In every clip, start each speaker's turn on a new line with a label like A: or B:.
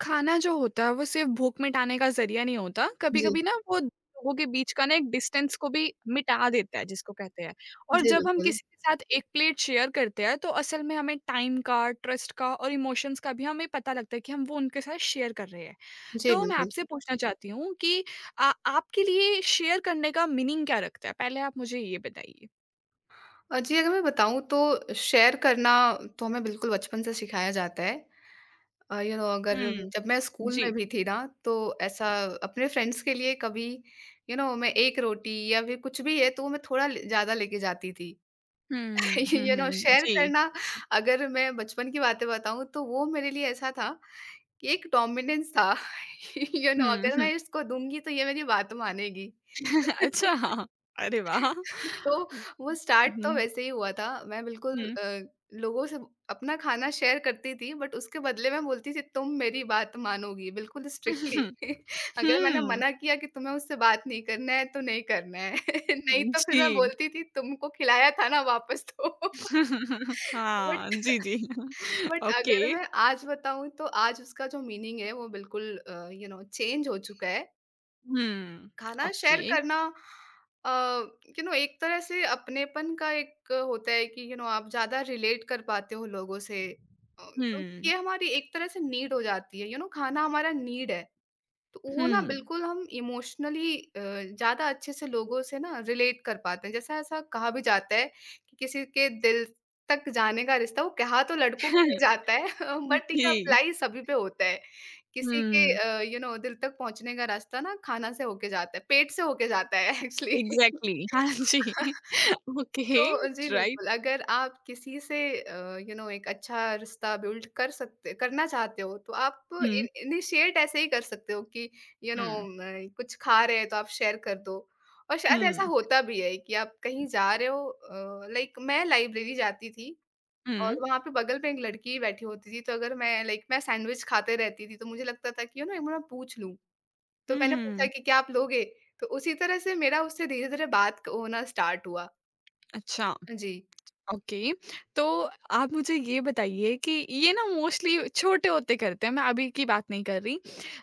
A: खाना जो होता है वो सिर्फ़ भूख मिटाने का ज़रिया नहीं होता,
B: जी,
A: कभी-कभी ना वो लोगों के बीच का ना एक डिस्टेंस को भी मिटा देता है जिसको कहते हैं। और
B: जी,
A: जब हम
B: बिल्कुल।
A: किसी के साथ एक प्लेट शेयर करते हैं तो असल में हमें टाइम का, ट्रस्ट का और इमोशंस का भी हमें पता लगता है कि हम वो उनके साथ शेयर कर रहे हैं।
B: जी,
A: तो मैं
B: बिल्कुल।
A: आपसे पूछना चाहती हूँ कि आपके लिए शेयर करने का मीनिंग क्या रखता है? पहले आप मुझे ये बताइए।
B: जी, अगर मैं बताऊँ तो शेयर करना तो हमें बिल्कुल बचपन से सिखाया जाता है। यू नो, अगर
A: हुँ।
B: जब मैं स्कूल में
A: जी।
B: भी थी ना, तो ऐसा अपने फ्रेंड्स के लिए कभी यू नो, मैं 1 रोटी या फिर कुछ भी है तो वो मैं थोड़ा ले ज़्यादा लेके जाती थी।
A: हुँ, हुँ,
B: यू
A: हुँ।
B: नो, शेयर
A: जी।
B: करना, अगर मैं बचपन की बातें बताऊँ तो वो मेरे लिए ऐसा था कि एक डोमिनेंस था। यू नो,
A: हुँ,
B: अगर
A: हुँ।
B: मैं इसको दूँगी तो ये मेरी बात मानेगी।
A: अच्छा। हाँ। अरे वाह!
B: तो वो स्टार्ट तो वैसे ही हुआ था। मैं बिल्कुल
A: हुँ।
B: लोगों से अपना खाना शेयर करती थी, बट उसके बदले मैं बोलती थी, तुम मेरी बात मानोगी, बिल्कुल स्ट्रिक्टली। अगर मैंने
A: हुँ।
B: मना किया कि तुम्हें उससे बात नहीं करना है, तो नहीं करना है। नहीं तो फिर
A: जी।
B: मैं बोलती थी, तुमको खिलाया था ना, वापस दो।
A: हाँ,
B: बट
A: जी, जी।
B: But
A: okay.
B: अगर मैं आज बताऊँ, तो आज उसका जो मीनिंग है वो बिल्कुल यू नो, चेंज हो चुका है।
A: हुँ,
B: खाना
A: ओके।
B: शेयर करना, अ, यू नो, एक तरह से अपनेपन का एक होता है कि यू नो, आप ज़्यादा रिलेट कर पाते हो लोगों से। क्योंकि
A: हुँ,
B: ये हमारी एक तरह से नीड हो जाती है, यू नो, खाना हमारा नीड है। तो वो ना
A: हुँ।
B: बिल्कुल हम इमोशनली ज़्यादा अच्छे से लोगों से ना रिलेट कर पाते हैं। जैसा ऐसा कहा भी जाता है कि किसी के दिल तक जाने का रिश्ता, वो कहा तो लड़कों के लिए जाता है, बट ये
A: जी।
B: अप्लाई सभी पे होता है। किसी के
A: हुँ,
B: यू नो, दिल तक पहुँचने का रास्ता ना खाना से होके जाता है, पेट से होके जाता है एक्चुअली।
A: एग्ज़ैक्टली। हाँ जी। ओके,
B: तो जी,
A: राइट।
B: बिल्कुल, अगर आप किसी से यू नो, एक अच्छा रिश्ता बिल्ड कर सकते करना चाहते हो, तो आप इ
A: हुँ,
B: इनिशिएट ऐसे ही कर सकते हो कि यू नो,
A: हुँ,
B: म कुछ खा रहे हैं तो आप शेयर कर दो। और शायद ऐसा
A: हुँ,
B: होता भी है कि आप कहीं जा रहे हो, लाइक मैं लाइब्रेरी जाती थी
A: हुँ,
B: और वहाँ पे बगल में एक लड़की बैठी होती थी, तो अगर मैं लाइक मैं सैंडविच खाते रहती थी, तो मुझे लगता था कि यू नो, एक बार मैं पूछ लूँ। तो मैंने पूछा
A: हुँ।
B: कि, "क्या आप लोगे?" तो उसी तरह से मेरा उससे धीरे-धीरे बात क होना स्टार्ट हुआ।
A: अच्छा।
B: जी।
A: ओके, तो आप मुझे ये बताइए कि ये ना मोस्टली छोटे होते करते हैं, मैं अभी की बात नहीं कर रही।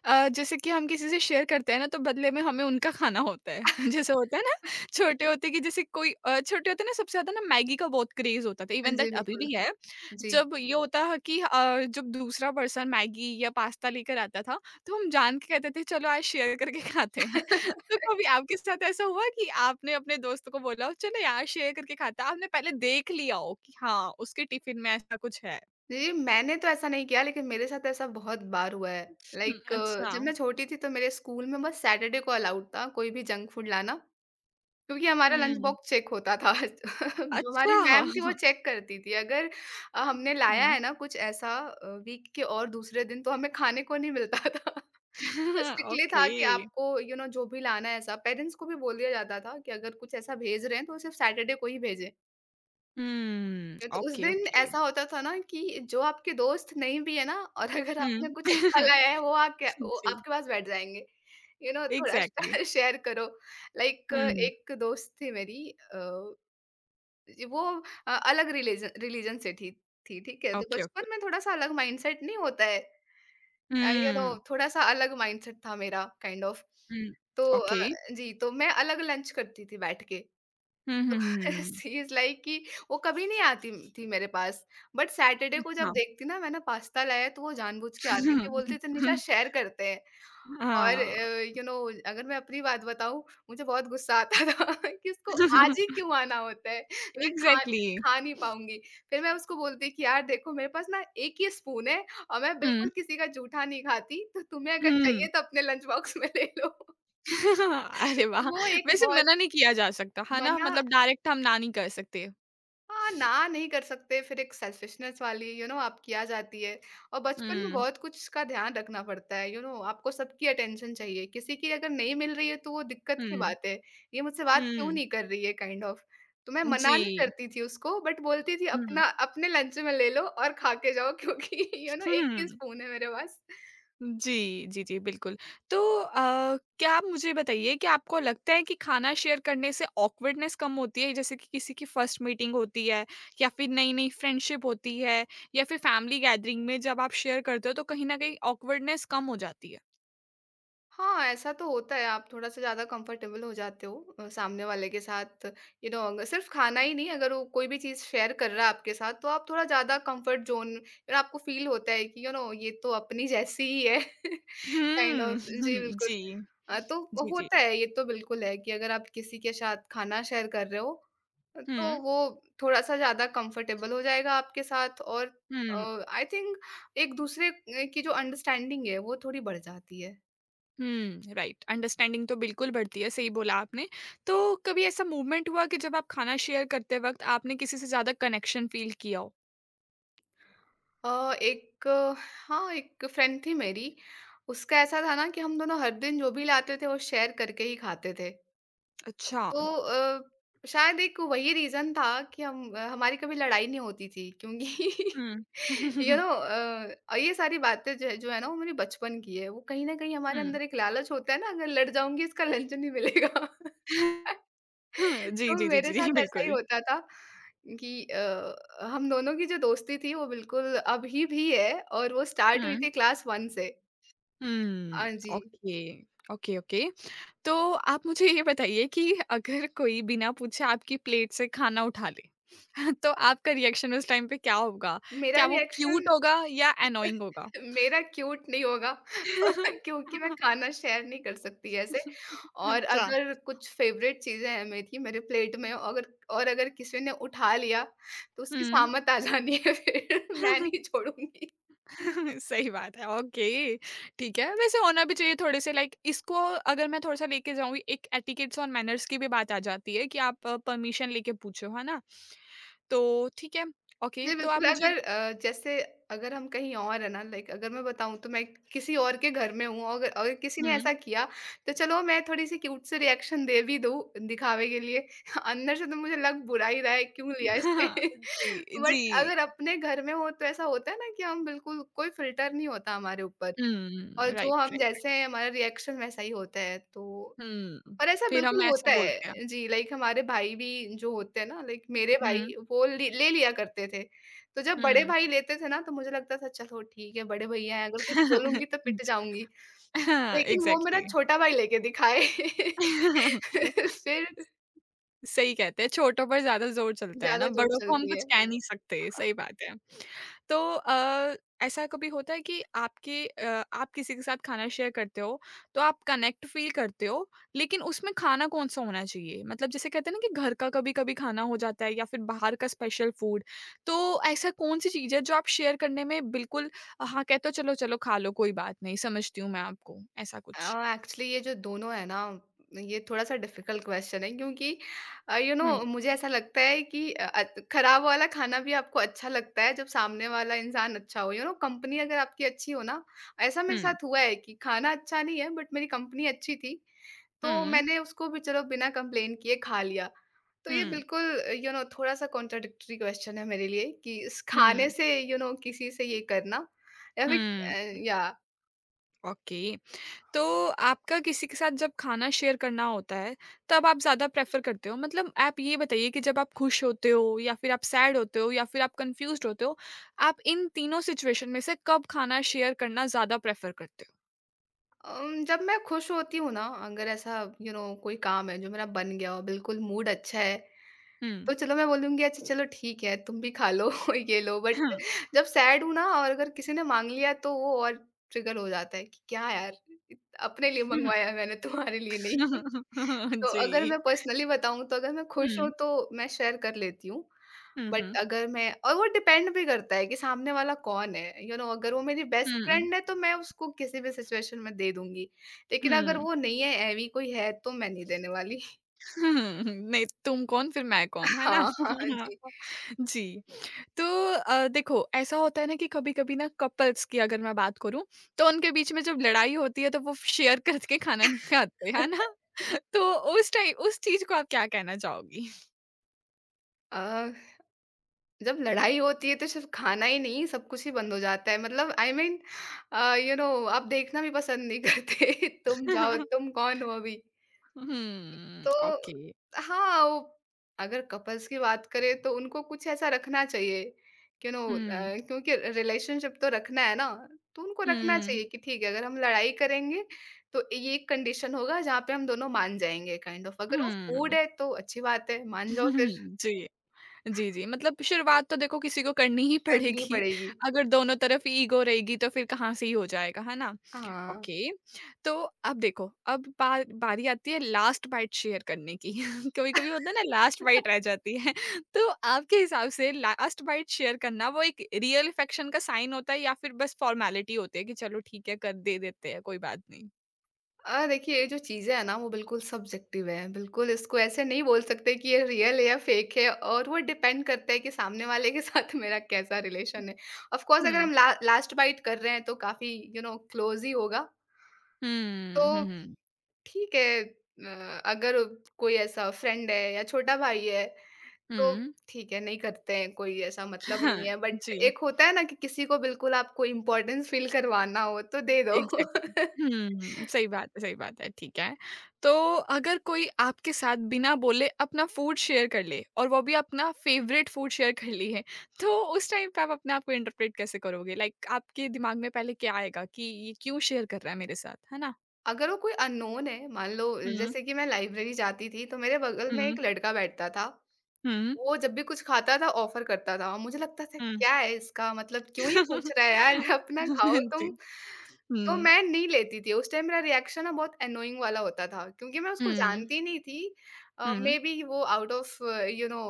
A: जैसे कि हम किसी से शेयर करते हैं ना तो बदले में हमें उनका खाना होता है।
B: हाँ
A: जैसे होता है ना छोटे होते कि जैसे कोई छोटे होते ना सबसे ज़्यादा ना मैगी का बहुत क्रेज़ होता था, इवन
B: जी,
A: दैट अभी
B: बिल्कुल।
A: भी है।
B: जी।
A: जब ये होता है कि जब दूसरा पर्सन मैगी या पास्ता लेकर आता था, तो हम जान के कहते थे चलो आज शेयर करके खाते हैं। तो कभी आपके साथ ऐसा हुआ कि आपने अपने दोस्त को बोला हो चलो यार शेयर करके खाते हैं, आपने पहले देख लिया हो कि हाँ, उसके टिफ़िन में ऐसा कुछ है?
B: जी, मैंने तो ऐसा नहीं किया, लेकिन मेरे साथ ऐसा बहुत बार हुआ है।
A: हुँ,
B: लाइक,
A: अच्छा।
B: जब मैं छोटी थी तो मेरे स्कूल में बस सैटरडे को अलाउड था कोई भी जंक फूड लाना, क्योंकि हमारा लंच
A: हुँ।
B: बॉक्स चेक होता था। जो हमारी
A: अच्छा।
B: मैम थी वो चेक करती थी। अगर हमने लाया
A: हुँ।
B: है ना कुछ ऐसा, वीक के और दूसरे दिन तो हमें खाने को नहीं मिलता था। स्ट्रिक्टली था
A: ओके।
B: कि आपको यू you नो know, जो भी लाना है, ऐसा पेरेंट्स को भी बोल दिया जाता था कि अगर कुछ ऐसा भेज रहे हैं तो सिर्फ़ सैटरडे को ही भेजें।
A: हुँ,
B: तो उस
A: ओके,
B: दिन
A: ओके।
B: ऐसा होता था ना कि जो आपके दोस्त नहीं भी है ना, और अगर आपने
A: हुँ।
B: कुछ अच्छा लाया है, वो आके वो
A: जी,
B: आपके पास बैठ जाएँगे। यू नो, थोड़ा
A: एग्ज़ैक्टली।
B: शेयर करो। लाइक,
A: हुँ,
B: एक दोस्त थी मेरी, वो अलग रिलीजन रिलीजन से थी, ठीक है? तो
A: ओके, ओके।
B: बचपन में थोड़ा-सा अलग माइंडसेट नहीं होता है। यू नो,
A: हुँ,
B: थोड़ा-सा अलग माइंडसेट था मेरा, काइंड kind ऑफ of।
A: हुँ,
B: तो
A: ओके।
B: जी, तो मैं अलग लंच करती थी बैठ के।
A: हुँ, हुँ, हुँ,
B: शी इज़ लाइक, कि वो कभी नहीं आती थी मेरे पास, बट सैटरडे
A: हुँ,
B: को जब
A: हाँ।
B: देखती ना मैंने पास्ता लाया है, तो वो जानबूझ के आती थी, बोलती थी, निशा शेयर करते हैं। और
A: हाँ,
B: यू नो, अगर मैं अपनी बात बताऊँ, मुझे बहुत गुस्सा आता था कि इसको आज ही क्यों आना होता है? मैं खा
A: एग्ज़ैक्टली।
B: खा नहीं पाऊँगी। फिर मैं उसको बोलती कि, यार देखो, मेरे पास ना 1 ही स्पून है और मैं
A: हुँ,
B: बिल्कुल किसी का जूठा नहीं खाती, तो तुम्हें अगर
A: हुँ।
B: चाहिए तो अपने लंच बॉक्स में ले लो।
A: अरे वाह!
B: वो एक
A: वैसे
B: बहुत
A: मना नहीं किया जा सकता, है ना?
B: मना
A: मतलब डायरेक्ट हम ना नहीं कर सकते।
B: हाँ, ना नहीं कर सकते। फिर एक सेल्फिशनेस वाली, यू नो, आप किया जाती है, और बचपन में
A: हुँ,
B: बहुत कुछ का ध्यान रखना पड़ता है, यू नो, आपको सबकी अटेंशन चाहिए, किसी की अगर नहीं मिल रही है तो वो दिक्कत की
A: हुँ,
B: बात है। ये मुझसे बात क्यों
A: हुँ।
B: नहीं कर रही है, काइंड ऑफ। तो मैं मना नहीं
A: जी।
B: करती थी उसको, बट बोलती थी,
A: हुँ,
B: अपना अपने लंच में ले लो और खा के जाओ, क्योंकि यू नो, एक ही
A: हुँ।
B: स्पून है मेरे पास।
A: जी, जी, जी, बिल्कुल। तो क्या आप मुझे बताइए कि आपको लगता है कि खाना शेयर करने से ऑकवर्डनेस कम होती है? जैसे कि किसी की फर्स्ट मीटिंग होती है या फिर नई-नई फ्रेंडशिप होती है या फिर फैमिली गैदरिंग में जब आप शेयर करते हो तो कहीं न कहीं ऑकवर्डनेस कम हो जाती है?
B: हाँ, ऐसा तो होता है, आप थोड़ा-सा ज़्यादा कंफर्टेबल हो जाते हो सामने वाले के साथ। यू नो, अग सिर्फ़ खाना ही नहीं, अगर वो कोई भी चीज़ शेयर कर रहा है आपके साथ, तो आप थोड़ा ज़्यादा कंफर्ट ज़ोन, फिर आपको फ़ील होता है कि यू नो, ये तो अपनी जैसी ही है, काइंड
A: हुँ।
B: ऑफ। जी, बिल्कुल।
A: जी।
B: तो वो
A: जी, जी।
B: होता है, ये तो बिल्कुल है कि अगर आप किसी के साथ खाना शेयर कर रहे हो,
A: हुँ,
B: तो वो थोड़ा-सा ज़्यादा कंफर्टेबल हो जाएगा आपके साथ, और
A: हुँ।
B: आई थिंक एक-दूसरे की जो अंडरस्टैंडिंग है, वो थोड़ी बढ़ जाती है।
A: हुँ, राइट अंडरस्टैंडिंग तो बिल्कुल बढ़ती है, सही बोला आपने। तो कभी ऐसा मूवमेंट हुआ कि जब आप खाना शेयर करते वक़्त आपने किसी से ज़्यादा कनेक्शन फ़ील किया हो?
B: अ, एक अ, हाँ, एक फ्रेंड थी मेरी, उसका ऐसा था ना कि हम दोनों हर दिन जो भी लाते थे, वो शेयर करके ही खाते थे।
A: अच्छा।
B: तो शायद एक वही रीज़न था कि हमारी कभी लड़ाई नहीं होती थी, क्योंकि
A: हुँ।
B: यू नो, ये सारी बातें जो है ना, वो मेरे बचपन की है। वो कहीं न कहीं हमारे
A: हुँ।
B: अंदर एक लालच होता है ना, अगर लड़ जाऊँगी इसका लंच नहीं मिलेगा।
A: जी,
B: तो
A: जी, जी,
B: मेरे
A: जी,
B: साथ ऐसा ही
A: बिल्कुल।
B: होता था कि हम दोनों की जो दोस्ती थी वो बिल्कुल अभी भी है, और वो स्टार्ट हुई
A: हुँ।
B: थी क्लास 1 से।
A: हुँ,
B: हाँ जी,
A: ओके, ओके, ओके। तो आप मुझे ये बताइए कि अगर कोई बिना पूछे आपकी प्लेट से खाना उठा ले, तो आपका रिएक्शन उस टाइम पे क्या होगा?
B: मेरा
A: क्या वो
B: रिएक्शन।
A: क्यूट होगा या एनोयिंग होगा?
B: मेरा क्यूट नहीं होगा। क्योंकि मैं खाना शेयर नहीं कर सकती ऐसे, और
A: अच्छा।
B: अगर कुछ फेवरेट चीज़ें हैं मेरी, मेरे प्लेट में अगर, और अगर किसी ने उठा लिया, तो उसकी
A: हुँ।
B: शामत आ जानी है फिर, मैं नहीं छोड़ूँगी।
A: सही बात है, ओके, ठीक है। वैसे होना भी चाहिए थोड़े से लाइक इसको अगर मैं थोड़ा-सा लेके जाऊँगी एक एटिकेट्स और मैनर्स की भी बात आ जाती है कि आप परमिशन लेके पूछो, है ना? तो ठीक है, ओके
B: जी,
A: तो आप
B: बिल्कुल।
A: मुझे
B: अगर अ, जैसे अगर हम कहीं और हैं ना, लाइक, अगर मैं बताऊँ तो मैं किसी और के घर में हूँ, अगर अगर किसी ने
A: हुँ।
B: ऐसा किया, तो चलो मैं थोड़ी-सी क्यूट से रिएक्शन दे भी दूँ दिखावे के लिए। अंदर से तो मुझे लग, बुरा ही रहा है क्यों लिया इसने।
A: जी, जी।
B: बट अगर अपने घर में हो, तो ऐसा होता है ना कि हम बिल्कुल, कोई फ़िल्टर नहीं होता हमारे ऊपर,
A: हुँ,
B: और जो
A: राइट,
B: हम
A: राइट।
B: जैसे हैं, हमारा रिएक्शन वैसा ही होता है तो।
A: हुँ,
B: और ऐसा
A: फिर
B: बिल्कुल
A: हम ऐसा
B: होता
A: बोलते हैं।
B: है। जी, लाइक, हमारे भाई भी जो होते हैं ना, लाइक, मेरे
A: हुँ,
B: भाई वो ले ले लिया करते थे। तो जब बड़े
A: हुँ।
B: भाई लेते थे ना, तो मुझे लगता था, चलो ठीक है, बड़े भैया हैं,
A: जी।
B: अगर कुछ बोलूँगी तो पिट जाऊँगी।
A: हाँ,
B: लेकिन वो मेरा
A: एग्ज़ैक्टली।
B: छोटा भाई लेके दिखाए। फिर
A: सही कहते हैं, छोटों पर ज़्यादा ज़ोर चलता है ना,
B: ज़्यादा जोर
A: बड़ों को हम
B: चलती
A: कुछ
B: है।
A: कह नहीं सकते, सही बात है। तो ऐसा कभी होता है कि आपके आप किसी के साथ खाना शेयर करते हो, तो आप कनेक्ट फ़ील करते हो, लेकिन उसमें खाना कौन-सा होना चाहिए? मतलब जैसे कहते हैं ना कि घर का कभी-कभी खाना हो जाता है या फिर बाहर का स्पेशल फूड, तो ऐसा कौन-सी चीज़ है जो आप शेयर करने में बिल्कुल हाँ, कहते हो चलो, चलो खा लो कोई बात नहीं, समझती हूँ मैं आपको, ऐसा कुछ?
B: एक्चुअली ये जो दोनों है ना, ये थोड़ा सा डिफिकल्ट क्वेश्चन है, क्योंकि यू नो,
A: हुँ,
B: मुझे ऐसा लगता है कि खराब वाला खाना भी आपको अच्छा लगता है जब सामने वाला इंसान अच्छा हो, यू नो, कंपनी अगर आपकी अच्छी हो ना। ऐसा मेरे
A: हुँ,
B: साथ हुआ है कि खाना अच्छा नहीं है, बट मेरी कंपनी अच्छी थी, तो
A: हुँ,
B: मैंने उसको भी चलो बिना कंप्लेन किए खा लिया। तो
A: हुँ,
B: ये बिल्कुल, यू नो, थोड़ा सा कॉन्ट्राडिक्टरी क्वेश्चन है मेरे लिए कि इस खाने
A: हुँ,
B: से, यू नो, किसी से ये करना, या फिर
A: हुँ,
B: अ, या।
A: ओके। तो आपका किसी के साथ जब खाना शेयर करना होता है, तब आप ज़्यादा प्रेफ़र करते हो? मतलब आप ये बताइए कि जब आप खुश होते हो या फिर आप सैड होते हो या फिर आप कन्फ्यूज़्ड होते हो, आप इन तीनों सिचुएशन में से कब खाना शेयर करना ज़्यादा प्रेफ़र करते हो?
B: जब मैं खुश होती हूँ ना, अगर ऐसा यू you नो know, कोई काम है जो मेरा बन गया हो, बिल्कुल मूड अच्छा है,
A: हुँ।
B: तो चलो मैं बोलूँगी, अच्छा चलो ठीक है, तुम भी खा लो, ये लो। बट
A: हुँ,
B: जब सैड हूँ ना, और अगर किसी ने माँग लिया, तो वो और ट्रिगर हो जाता है कि, क्या यार, अपने लिए
A: हुँ, हुँ।
B: मंगवाया है मैंने, तुम्हारे लिए नहीं। तो
A: जी।
B: अगर मैं पर्सनली बताऊँ, तो अगर मैं खुश हूँ
A: हुँ,
B: तो मैं शेयर कर लेती हूँ।
A: हुँ,
B: बट
A: हुँ।
B: अगर मैं और वो डिपेंड भी करता है कि सामने वाला कौन है, यू you नो know, अगर वो मेरी बेस्ट
A: हुँ, हुँ।
B: फ्रेंड है तो मैं उसको किसी भी सिचुएशन में दे दूंगी, लेकिन अगर वो नहीं है, ऐवी कोई है, तो मैं नहीं देने वाली।
A: हुँ, नहीं तुम कौन फिर मैं कौन, है ना?
B: हाँ, हाँ जी।
A: जी। तो देखो ऐसा होता है ना कि कभी-कभी ना कपल्स की अगर मैं बात करूँ, तो उनके बीच में जब लड़ाई होती है तो वो शेयर करके खाना नहीं खाते, है ना? तो उस टाइम उस चीज़ को आप क्या कहना चाहोगी?
B: अ, जब लड़ाई होती है तो सिर्फ खाना ही नहीं, सब कुछ ही बंद हो जाता है, मतलब आई मीन, यू नो, आप देखना भी पसंद नहीं करते। तुम जाओ, तुम कौन हो अभी।
A: हुँ,
B: तो
A: ओके।
B: हाँ, वो अगर कपल्स की बात करें, तो उनको कुछ ऐसा रखना चाहिए, यू नो,
A: हुँ,
B: क्योंकि रिलेशनशिप तो रखना है ना, तो उनको रखना
A: हुँ,
B: चाहिए कि ठीक है, अगर हम लड़ाई करेंगे, तो ये एक कंडीशन होगा जहाँ पे हम दोनों मान जाएंगे काइंड ऑफ, अगर वो फूड
A: हुँ।
B: है तो अच्छी बात है मान जाओ फिर।
A: जी। जी, जी, मतलब शुरुआत तो देखो किसी को करनी ही
B: करनी ही
A: पड़ेगी।
B: पड़ेगी।
A: अगर दोनों तरफ ईगो रहेगी तो फिर कहाँ से ही हो जाएगा, है ना?
B: हाँ।
A: ओके तो अब देखो अब बारी आती है लास्ट बाइट शेयर करने की। कभी कभी होता है ना लास्ट बाइट रह जाती है। तो आपके हिसाब से लास्ट बाइट शेयर करना वो एक रियल इफेक्शन का साइन होता है या फिर बस फॉर्मेलिटी होती है कि चलो ठीक है कर दे देते हैं कोई बात नहीं।
B: देखिए ये जो चीज़ें हैं ना वो बिल्कुल सब्जेक्टिव है। बिल्कुल इसको ऐसे नहीं बोल सकते कि ये रियल है या फेक है और वो डिपेंड करता है कि सामने वाले के साथ मेरा कैसा रिलेशन है। ऑफ़ कोर्स अगर
A: हम्म।
B: हम ला लास्ट बाईट कर रहे हैं तो काफ़ी यू नो क्लोज़ ही होगा। तो
A: हम्म।
B: ठीक है। अगर कोई ऐसा फ्रेंड है या छोटा भाई है तो
A: हम्म।
B: ठीक है, नहीं करते हैं, कोई ऐसा मतलब नहीं
A: हाँ,
B: है। बट
A: जी
B: एक होता है ना कि किसी को बिल्कुल आपको इम्पोर्टेंस फ़ील करवाना हो तो दे दो।
A: एग्ज़ैक्टली। हुँ, सही बात है, ठीक है। तो अगर कोई आपके साथ बिना बोले अपना फूड शेयर कर ले और वो भी अपना फ़ेवरेट फूड शेयर कर ली है, तो उस टाइम पे आप अपने आप को इंटरप्रेट कैसे करोगे? लाइक आपके दिमाग में पहले क्या आएगा कि ये क्यों शेयर कर रहा है मेरे साथ, है ना?
B: अगर वो कोई अननोन है, मान लो
A: हुँ,
B: जैसे कि मैं लाइब्रेरी जाती थी, तो मेरे बगल में हुँ।
A: हुँ,
B: एक लड़का बैठता था।
A: हुँ,
B: वो जब भी कुछ खाता था, ऑफ़र करता था और मुझे लगता था,
A: हुँ।
B: "क्या है इसका मतलब, क्यों ही पूछ रहा है यार, अपना खाओ
A: जी।
B: तुम।" तो
A: हुँ,
B: मैं नहीं लेती थी। उस टाइम मेरा रिएक्शन ना बहुत एनोइंग वाला होता था क्योंकि मैं उसको
A: हुँ,
B: जानती नहीं थी।
A: हुँ,
B: मेबी वो आउट ऑफ़ यू नो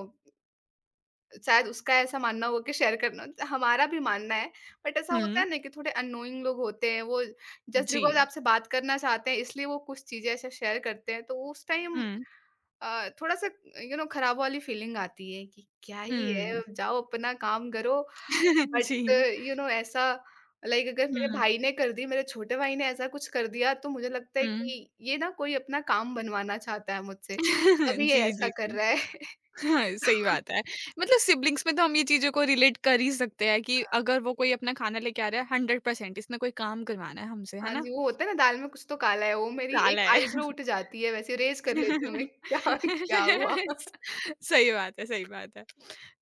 B: शायद उसका ऐसा मानना होगा कि शेयर करना, हमारा भी मानना है, बट ऐसा होता
A: हुँ,
B: है ना कि थोड़े अननोइंग लोग होते हैं, वो जस्ट
A: जी।
B: बिकॉज़ आपसे बात करना चाहते हैं, इसलिए वो कुछ चीज़ें ऐसे शेयर करते हैं, तो उस टाइम
A: हुँ,
B: थोड़ा-सा यू नो खराब वाली फीलिंग आती है कि क्या ही है,
A: हुँ।
B: जाओ अपना काम करो।
A: जी।
B: बट यू नो ऐसा लाइक अगर मेरे
A: हुँ,
B: भाई ने कर दी, मेरे छोटे भाई ने ऐसा कुछ कर दिया, तो मुझे लगता है
A: हुँ।
B: कि ये ना कोई अपना काम बनवाना चाहता है मुझसे, तभी ये
A: जी,
B: ऐसा
A: जी।
B: कर रहा है।
A: हाँ, सही बात है। मतलब सिब्लिंग्स में तो हम ये चीज़ों को रिलेट कर ही सकते हैं कि अगर वो कोई अपना खाना लेके आ रहा है 100% इसने कोई काम करवाना है हमसे, है
B: हाँ
A: ना?
B: जी, वो होता है ना, दाल में कुछ तो काला है, वो मेरी
A: काला
B: एक
A: है।
B: आईब्रो उठ जाती है, वैसे रेज़ कर लेती हूँ मैं। क्या क्या हुआ?
A: सही बात है, सही बात है।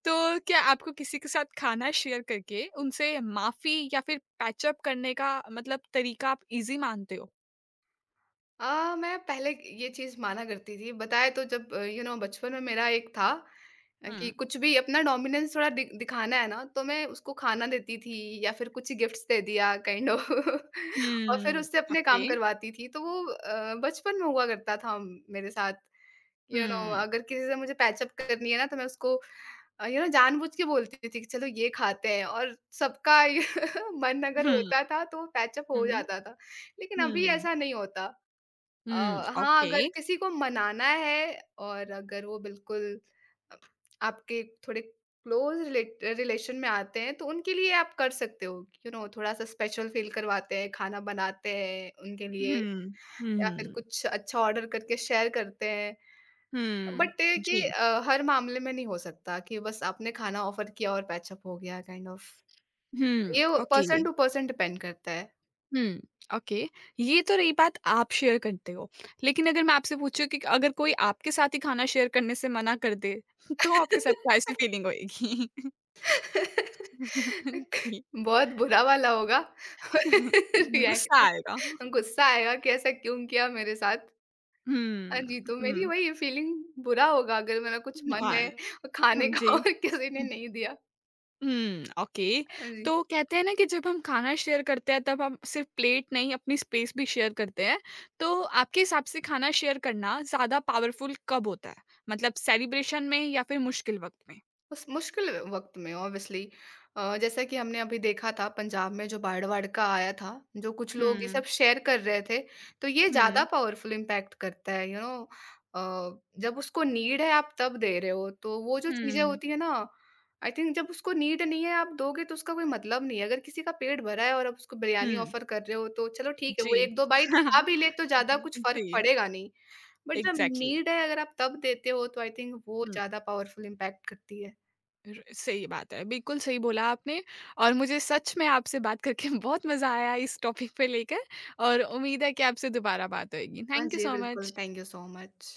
A: तो क्या आपको किसी के साथ खाना शेयर करके उनसे माफ़ी या फिर पैच अप करने का मतलब तरीका आप ईज़ी मानते हो?
B: मैं पहले ये चीज़ माना करती थी, बताया। तो जब यू नो बचपन में मेरा एक था, कि
A: हुँ।
B: कुछ भी अपना डोमिनेंस थोड़ा दि दिखाना है ना, तो मैं उसको खाना देती थी या फिर कुछ गिफ्ट्स दे दिया काइंड ऑफ, और फिर
A: हुँ,
B: उससे अपने
A: ओके।
B: काम करवाती थी, तो वो बचपन में हुआ करता था मेरे साथ। यू नो
A: हुँ।
B: अगर किसी से मुझे पैचअप करनी है ना, तो मैं उसको ये ना जानबूझ के बोलती थी कि चलो ये खाते हैं, और सबका ये मन अगर
A: हुँ,
B: होता था तो पैचअप हो
A: हुँ,
B: जाता था। लेकिन अभी
A: हुँ,
B: ऐसा नहीं होता। अ,
A: हुँ,
B: हाँ,
A: ओके।
B: अगर किसी को मनाना है और अगर वो बिल्कुल अ, आपके थोड़े क्लोज़ रिलेट रिलेशन में आते हैं तो उनके लिए आप कर सकते हो। यू नो थोड़ा-सा स्पेशल फ़ील करवाते हैं, खाना बनाते हैं उनके लिए
A: हुँ, हुँ,
B: या फिर
A: हुँ।
B: कुछ अच्छा ऑर्डर करके शेयर करते हैं।
A: हुँ,
B: बट ये
A: जी।
B: हर मामले में नहीं हो सकता कि बस आपने खाना ऑफर किया और पैचअप हो गया काइंड ऑफ।
A: हुँ,
B: ये
A: okay.
B: Person to person depend करता है।
A: हुँ, ओके। ये तो रही बात आप शेयर करते हो, लेकिन अगर मैं आपसे पूछूँ कि अगर कोई आपके साथ ही खाना शेयर करने से मना कर दे, तो आपके साथ कैसी फीलिंग होएगी? जी।
B: बहुत बुरा वाला होगा।
A: गुस्सा आएगा।
B: रिएक्शन गुस्सा आएगा कि ऐसा क्यों किया मेरे साथ? हाँ
A: हुँ,
B: जी, तो मेरी
A: हुँ।
B: वही फीलिंग, बुरा होगा अगर मेरा कुछ मन
A: हाँ,
B: है और खाने
A: हाँ
B: का
A: जी।
B: और किसी ने नहीं दिया।
A: हुँ, ओके।
B: हाँ जी।
A: तो कहते हैं ना कि जब हम खाना शेयर करते हैं तब हम सिर्फ़ प्लेट नहीं अपनी स्पेस भी शेयर करते हैं। तो आपके हिसाब से खाना शेयर करना ज़्यादा पावरफुल कब होता है? मतलब सेलिब्रेशन में या फिर मुश्किल वक़्त में?
B: उस मुश्किल वक़्त में ऑब्वियसली। जैसा कि हमने अभी देखा था पंजाब में जो बाढ़-वाढ़ का आया था, जो कुछ लोग ये
A: हुँ,
B: सब शेयर कर रहे थे, तो ये ज़्यादा
A: हुँ,
B: पावरफुल इम्पैक्ट करता है, यू नो जब उसको नीड है आप तब दे रहे हो, तो वो जो चीज़ें
A: हुँ,
B: होती है ना, आई थिंक जब उसको नीड नहीं है आप दोगे तो उसका कोई मतलब नहीं है। अगर किसी का पेट भरा है और आप उसको बिरयानी
A: हुँ।
B: ऑफ़र कर रहे हो तो चलो ठीक है,
A: जी।
B: वो 1-2 बाइट खा भी ले तो ज़्यादा कुछ फ़र्क
A: जी,
B: पड़ेगा नहीं। बट जब
A: एग्ज़ैक्टली।
B: नीड है अगर आप तब देते हो तो आई थिंक वो
A: हुँ,
B: ज़्यादा पावरफुल इम्पैक्ट करती है।
A: र सही बात है, बिल्कुल सही बोला आपने। और मुझे सच में आपसे बात करके बहुत मज़ा आया इस टॉपिक पे लेकर। और उम्मीद है कि आपसे दोबारा बात होएगी।
B: हाँ
A: थैंक यू
B: जी,
A: सो
B: बिल्कुल।
A: Much.
B: Thank you so much.